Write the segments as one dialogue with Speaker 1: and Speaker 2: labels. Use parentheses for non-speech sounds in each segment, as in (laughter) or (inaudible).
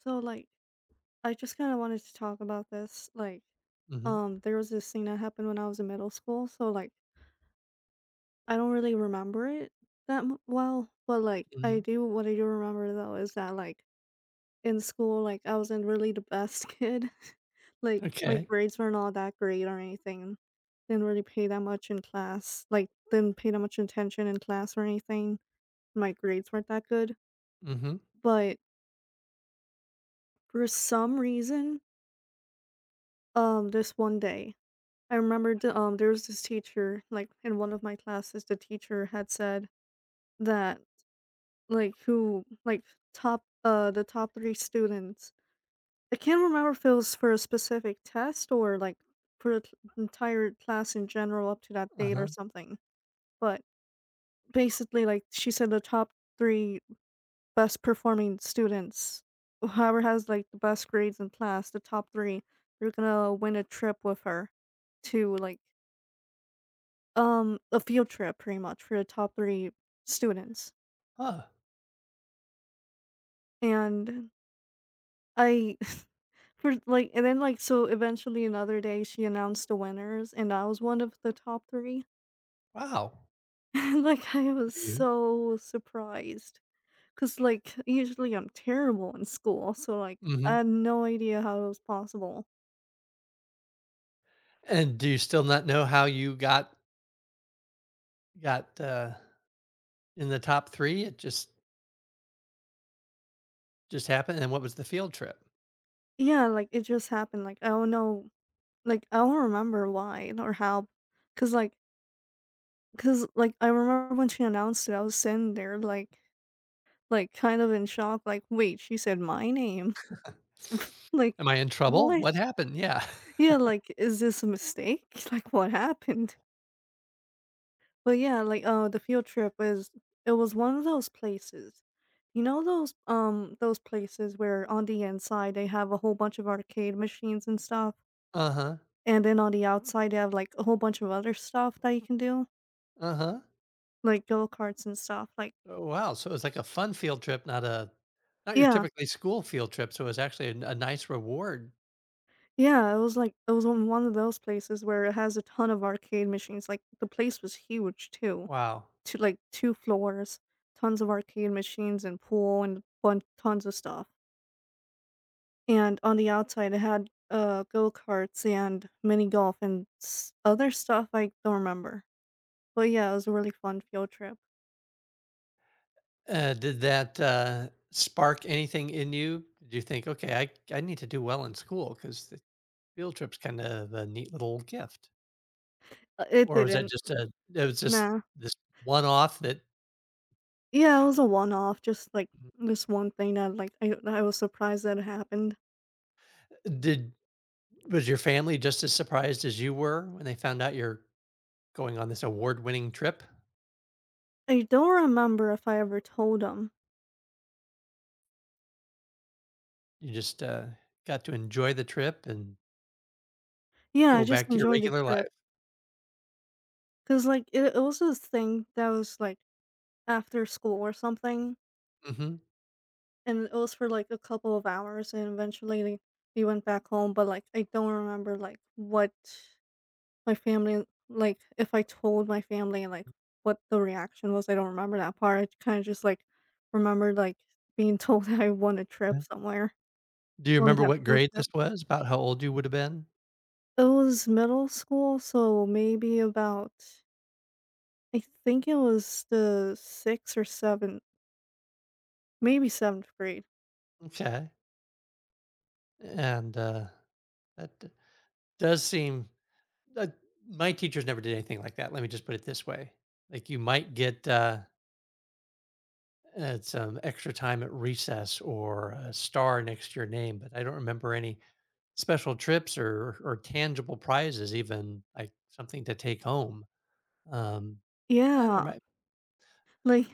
Speaker 1: So like I just kind of wanted to talk about this. Like
Speaker 2: Mhm.
Speaker 1: there was this thing that happened when I was in middle school, so like I don't really remember it. Well, but like I
Speaker 2: Mhm.
Speaker 1: do remember though is that like in school like I wasn't really the best (laughs) kid. Like my
Speaker 2: Okay.
Speaker 1: grades weren't all that great or anything. Didn't really pay that much in class. Like didn't pay that much attention in class or anything. My grades weren't that good,
Speaker 2: Mhm.
Speaker 1: but for some reason this one day I remember there was this teacher, like, in one of my classes, the teacher had said that, like, who, like, the top three students. I can't remember if it was for a specific test or, like, for the entire class in general up to that date or
Speaker 2: Uh-huh.
Speaker 1: something. But basically, like, she said the top three best performing students, whoever has, like, the best grades in class, the top three, they're gonna win a trip with her to, like, a field trip pretty much for the top three students.
Speaker 2: Huh.
Speaker 1: And I (laughs) for like and then like so eventually another day she announced the winners and I was one of the top three.
Speaker 2: Wow.
Speaker 1: (laughs) And like I was
Speaker 2: For you,
Speaker 1: so surprised because like usually I'm terrible in school so like
Speaker 2: mhm,
Speaker 1: I had no idea how it was possible.
Speaker 2: and do you still not know how you got in the top 3? It just happened, and what was the field trip?
Speaker 1: Yeah, like it just happened. Like I don't know, like I don't remember why or how, because like I remember when she announced it I was sitting there like, kind of in shock, like, "Wait, she said my name?" (laughs) Like,
Speaker 2: Am I in trouble?
Speaker 1: "What?"
Speaker 2: What happened? Yeah. (laughs)
Speaker 1: Yeah, like, "Is this a mistake?" (laughs) Like, "What happened?" But, yeah, like, the field trip is it was one of those places. You know those, places where on the inside they have a whole bunch of arcade machines and stuff,
Speaker 2: Uh-huh.
Speaker 1: and then on the outside they have, like, a whole bunch of other stuff that you can do?
Speaker 2: Uh-huh.
Speaker 1: Like go-karts and stuff, like.
Speaker 2: Oh, wow, so it was like a fun field trip, not your
Speaker 1: Yeah.
Speaker 2: typically school field trip, so it was actually a nice reward.
Speaker 1: Yeah, it was on one of those places where it has a ton of arcade machines. Like the place was huge too,
Speaker 2: Wow.
Speaker 1: to like two floors, tons of arcade machines and pool and tons of stuff. And on the outside, it had go karts and mini golf and other stuff I don't remember. But yeah, it was a really fun field trip.
Speaker 2: Did that, spark anything in you? Did you think, "Okay, I need to do well in school because field trip's kind of a neat little gift,
Speaker 1: It
Speaker 2: or was that
Speaker 1: didn't.
Speaker 2: just a it was just
Speaker 1: Nah.
Speaker 2: this one-off that
Speaker 1: Yeah, it was a one off. Just like this one thing that like I was surprised that it happened.
Speaker 2: did was your family just as surprised as you were when they found out you're going on this award-winning trip?
Speaker 1: I don't remember if I ever told them.
Speaker 2: You just, got to enjoy the trip and
Speaker 1: Yeah,
Speaker 2: go
Speaker 1: I just
Speaker 2: back to your
Speaker 1: enjoyed the
Speaker 2: regular life.
Speaker 1: trip, cause like, it was this thing that was, like, after school or something,
Speaker 2: Mhm.
Speaker 1: and it was for, like, a couple of hours, and eventually like, we went back home, but, like, I don't remember, like, what my family, like, if I told my family, like, what the reaction was, I don't remember that part. I kinda just, like, remembered, like, being told (laughs) I won a
Speaker 2: Yeah.
Speaker 1: trip somewhere
Speaker 2: Do you
Speaker 1: on
Speaker 2: remember
Speaker 1: that
Speaker 2: what
Speaker 1: field
Speaker 2: grade this
Speaker 1: trip.
Speaker 2: was, about how old you would've been?
Speaker 1: It was middle school, so maybe about, I think it was the 6th or 7th, maybe 7th grade.
Speaker 2: Okay, and, that d does seem that my teachers never did anything like that, let me just put it this way. Like, you might get, it's extra time at recess or a star next to your name, but I don't remember any special trips or tangible prizes, even like something to take home. Um, yeah, there
Speaker 1: Yeah,
Speaker 2: might.
Speaker 1: like,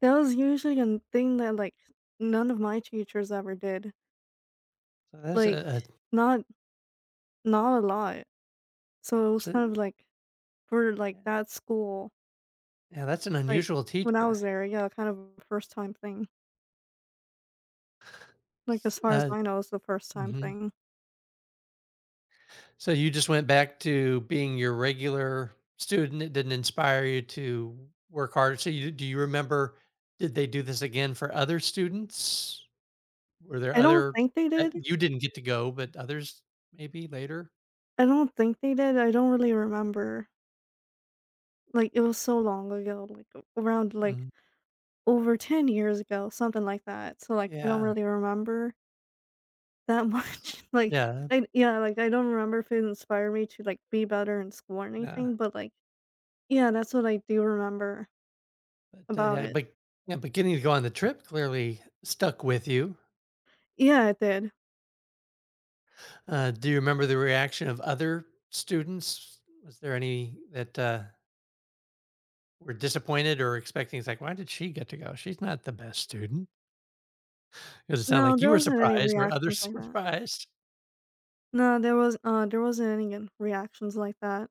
Speaker 1: that was usually a thing that, like, none of my teachers ever did,
Speaker 2: So that's
Speaker 1: like,
Speaker 2: a
Speaker 1: not not a lot, so it was
Speaker 2: so,
Speaker 1: kind of like for, like,
Speaker 2: yeah,
Speaker 1: that school,
Speaker 2: yeah, that's an
Speaker 1: like,
Speaker 2: unusual
Speaker 1: when I
Speaker 2: teacher.
Speaker 1: was there, yeah, kind of a first time thing, like,
Speaker 2: S-
Speaker 1: as far as
Speaker 2: Uh,
Speaker 1: I know, it's the first time
Speaker 2: mhm.
Speaker 1: thing.
Speaker 2: So you just went back to being your regular student. It didn't inspire you to work harder. So you, do you remember? Did they do this again for other students? Were there
Speaker 1: I don't
Speaker 2: other
Speaker 1: think they
Speaker 2: that
Speaker 1: did,
Speaker 2: you didn't get to go, but others maybe later?
Speaker 1: I don't think they did. I don't really remember, like, it was so long ago, like, around, like,
Speaker 2: Mhm.
Speaker 1: over 10 years ago, something like that, so, like, I don't
Speaker 2: Yeah.
Speaker 1: really remember that
Speaker 2: S
Speaker 1: much, (laughs) like,
Speaker 2: Yeah.
Speaker 1: I yeah, like, I don't remember if it inspired me to, like, be better in school or
Speaker 2: Yeah,
Speaker 1: anything, but, like, yeah, that's what I do remember
Speaker 2: but,
Speaker 1: about it.
Speaker 2: yeah, but getting to go on the trip clearly stuck with you.
Speaker 1: Yeah, it did.
Speaker 2: Do you remember the reaction of other students? Was there any that, were disappointed or expecting it's like, "Why did she get to go? She's not the best student." Does it sound
Speaker 1: No,
Speaker 2: like you
Speaker 1: there
Speaker 2: were
Speaker 1: wasn't any
Speaker 2: surprised or
Speaker 1: reactions
Speaker 2: others
Speaker 1: like
Speaker 2: (laughs)
Speaker 1: that.
Speaker 2: surprised?
Speaker 1: No, there wasn't any in reactions like that.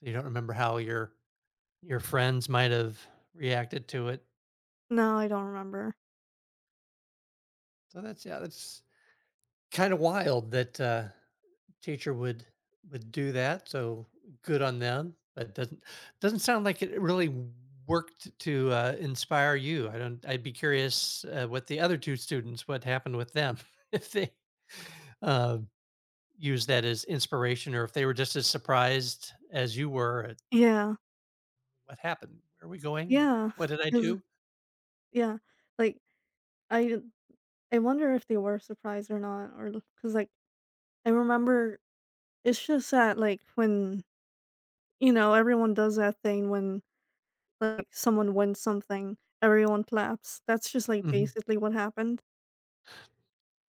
Speaker 2: So you don't remember how your friends might have reacted to it.
Speaker 1: No, I don't remember.
Speaker 2: So that's yeah, that's kind of wild that teacher would do that. So good on them. But doesn't sound like it really worked to inspire you. I don't. I'd be curious what the other two students what happened with them (laughs) if they uh, used that as inspiration or if they were just as surprised as you were at
Speaker 1: Yeah.
Speaker 2: what happened. Where are we going?
Speaker 1: Yeah,
Speaker 2: What did I
Speaker 1: (laughs) cause
Speaker 2: do?
Speaker 1: yeah, like, I I wonder if they were surprised or not, or cause like, I remember it's just that, like, when you know, everyone does that thing when, like, someone wins something, everyone claps. That's just, like,
Speaker 2: Hmm.
Speaker 1: basically what happened.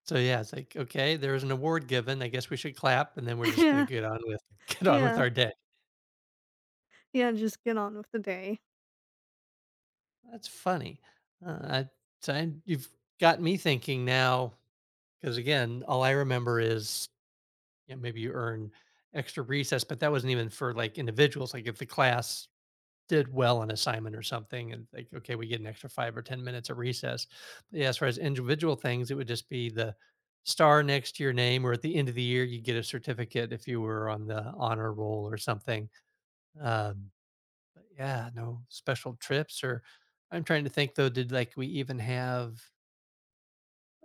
Speaker 2: So yeah, it's like okay, there was an award given. I guess we should clap, and then we're
Speaker 1: (laughs)
Speaker 2: just going
Speaker 1: Yeah,
Speaker 2: to get on with (laughs) get on with
Speaker 1: yeah,
Speaker 2: our day.
Speaker 1: yeah, just get on with the day.
Speaker 2: That's funny. Uh, you've got me thinking now, because again, all I remember is you know, maybe you earn extra recess, but that wasn't even for like individuals. Like if the class did well on assignment or something, and like, okay, we get an extra five or 10 minutes at recess. But yeah, as far as individual things, it would just be the star next to your name, or at the end of the year, you get a certificate if you were on the honor roll or something. Um, yeah, no special trips or I'm trying to think though, did like we even have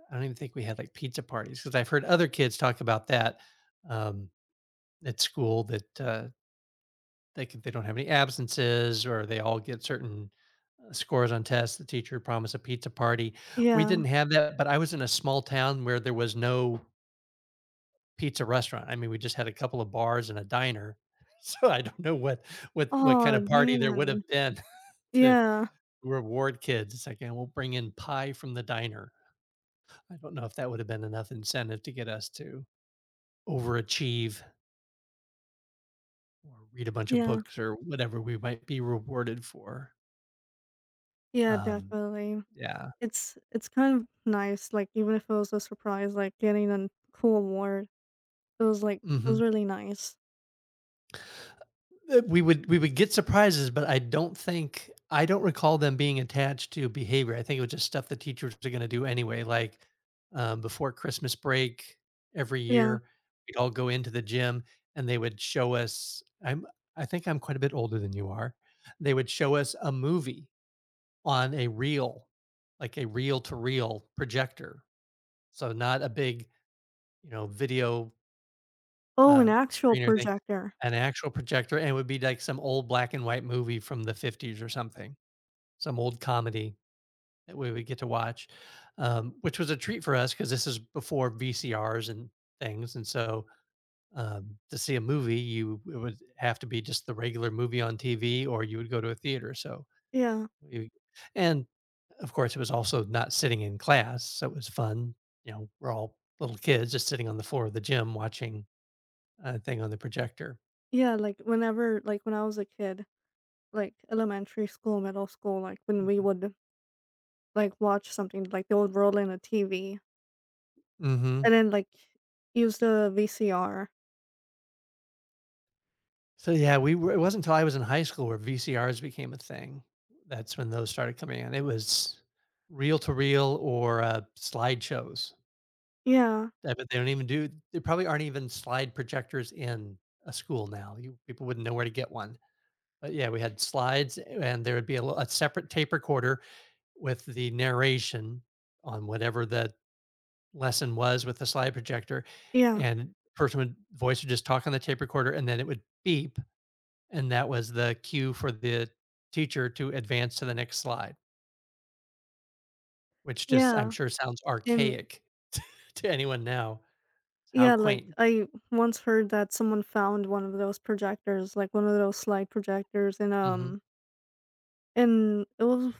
Speaker 2: I don't even think we had like pizza parties because I've heard other kids talk about that um, at school that they can, they don't have any absences or they all get certain scores on tests. The teacher promised a pizza party. We
Speaker 1: Yeah.
Speaker 2: didn't have that, but I was in a small town where there was no pizza restaurant. I mean, we just had a couple of bars and a diner, (laughs) so I don't know what what kind
Speaker 1: Oh
Speaker 2: of party there would
Speaker 1: man.
Speaker 2: have been (laughs) to
Speaker 1: Yeah,
Speaker 2: reward kids. It's like, "And we'll bring in pie from the diner." I don't know if that would have been enough incentive to get us to overachieve or read a bunch of
Speaker 1: yeah,
Speaker 2: books or whatever we might be rewarded for.
Speaker 1: yeah,
Speaker 2: Um,
Speaker 1: definitely.
Speaker 2: yeah.
Speaker 1: It's kind of nice, like, even if it was a surprise, like, getting a cool award, it was,
Speaker 2: Mhm.
Speaker 1: really nice.
Speaker 2: We would get surprises, but I don't recall them being attached to behavior. I think it was just stuff the teachers are going to do anyway. Like before Christmas break every
Speaker 1: Yeah.
Speaker 2: year, we'd all go into the gym and they would show us. I think I'm quite a bit older than you are. They would show us a movie on a reel, like a reel to reel projector. So not a big you know video
Speaker 1: Oh, an actual
Speaker 2: screener thing.
Speaker 1: projector.
Speaker 2: An actual projector, and it would be like some old black and white movie from the '50s or something, some old comedy that we would get to watch, which was a treat for us because this is before VCRs and things, and so, to see a movie, you it would have to be just the regular movie on TV or you would go to a theater, so
Speaker 1: Yeah,
Speaker 2: you and, of course, it was also not sitting in class, so it was fun. You know, we're all little kids just sitting on the floor of the gym watching a thing on the projector.
Speaker 1: yeah, like, whenever like, when I was a kid, like elementary school, middle school, like when we
Speaker 2: Mhm.
Speaker 1: would like watch something, like they would roll in a TV
Speaker 2: Mhm.
Speaker 1: and then like use the VCR.
Speaker 2: So, yeah, we were it wasn't until I was in high school where VCRs became a thing. That's when those started coming in. It was reel to reel or, slideshows.
Speaker 1: Yeah,
Speaker 2: I bet they don't even do there probably aren't even slide projectors in a school now. You people wouldn't know where to get one. But, yeah, we had slides and there would be a a separate tape recorder with the narration on whatever the lesson was with the slide projector,
Speaker 1: yeah,
Speaker 2: and person would voice would just talk on the tape recorder, and then it would beep and that was the cue for the teacher to advance to the next slide, which just I'm
Speaker 1: yeah.
Speaker 2: sure sounds
Speaker 1: And
Speaker 2: archaic (laughs) to anyone now. How
Speaker 1: yeah, like
Speaker 2: quaint.
Speaker 1: I once heard that someone found one of those projectors, like one of those slide projectors
Speaker 2: Mhm.
Speaker 1: in it was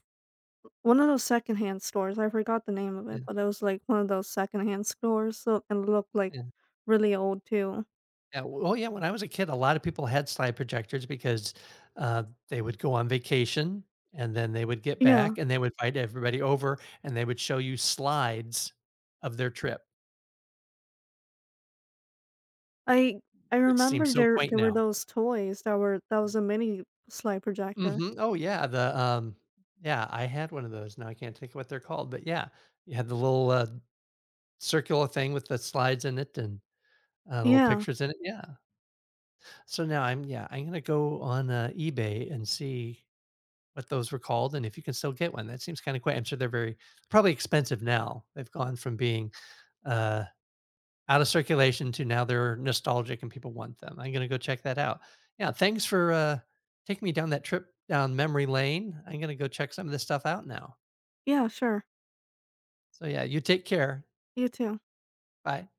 Speaker 1: one of those secondhand stores. I forgot the name of it,
Speaker 2: Yeah,
Speaker 1: but it was like one of those secondhand stores, so, and looked like
Speaker 2: yeah,
Speaker 1: really old too.
Speaker 2: yeah. Well, oh, yeah, when I was a kid, a lot of people had slide projectors because, they would go on vacation, and then they would get
Speaker 1: Yeah.
Speaker 2: back, and they would invite everybody over, and they would show you slides of their trip,
Speaker 1: I I
Speaker 2: which seems
Speaker 1: remember
Speaker 2: so
Speaker 1: there
Speaker 2: quaint
Speaker 1: there were
Speaker 2: now.
Speaker 1: those toys that were that was a mini slide projector.
Speaker 2: Mhm. Oh, yeah, the, yeah, I had one of those, now I can't think of what they're called, but yeah, you had the little, circular thing with the slides in it and, little
Speaker 1: Yeah.
Speaker 2: pictures in it, yeah. So now I'm yeah, I'm gonna go on, eBay and see what those were called and if you can still get one, that seems kinda cool, I'm sure they're very probably expensive now, they've gone from being, uh out of circulation to now they're nostalgic and people want them. I'm gonna go check that out. Yeah, thanks for taking me down that trip down memory lane. I'm gonna go check some of this stuff out now.
Speaker 1: Yeah, sure.
Speaker 2: So yeah, you take care.
Speaker 1: You too.
Speaker 2: Bye.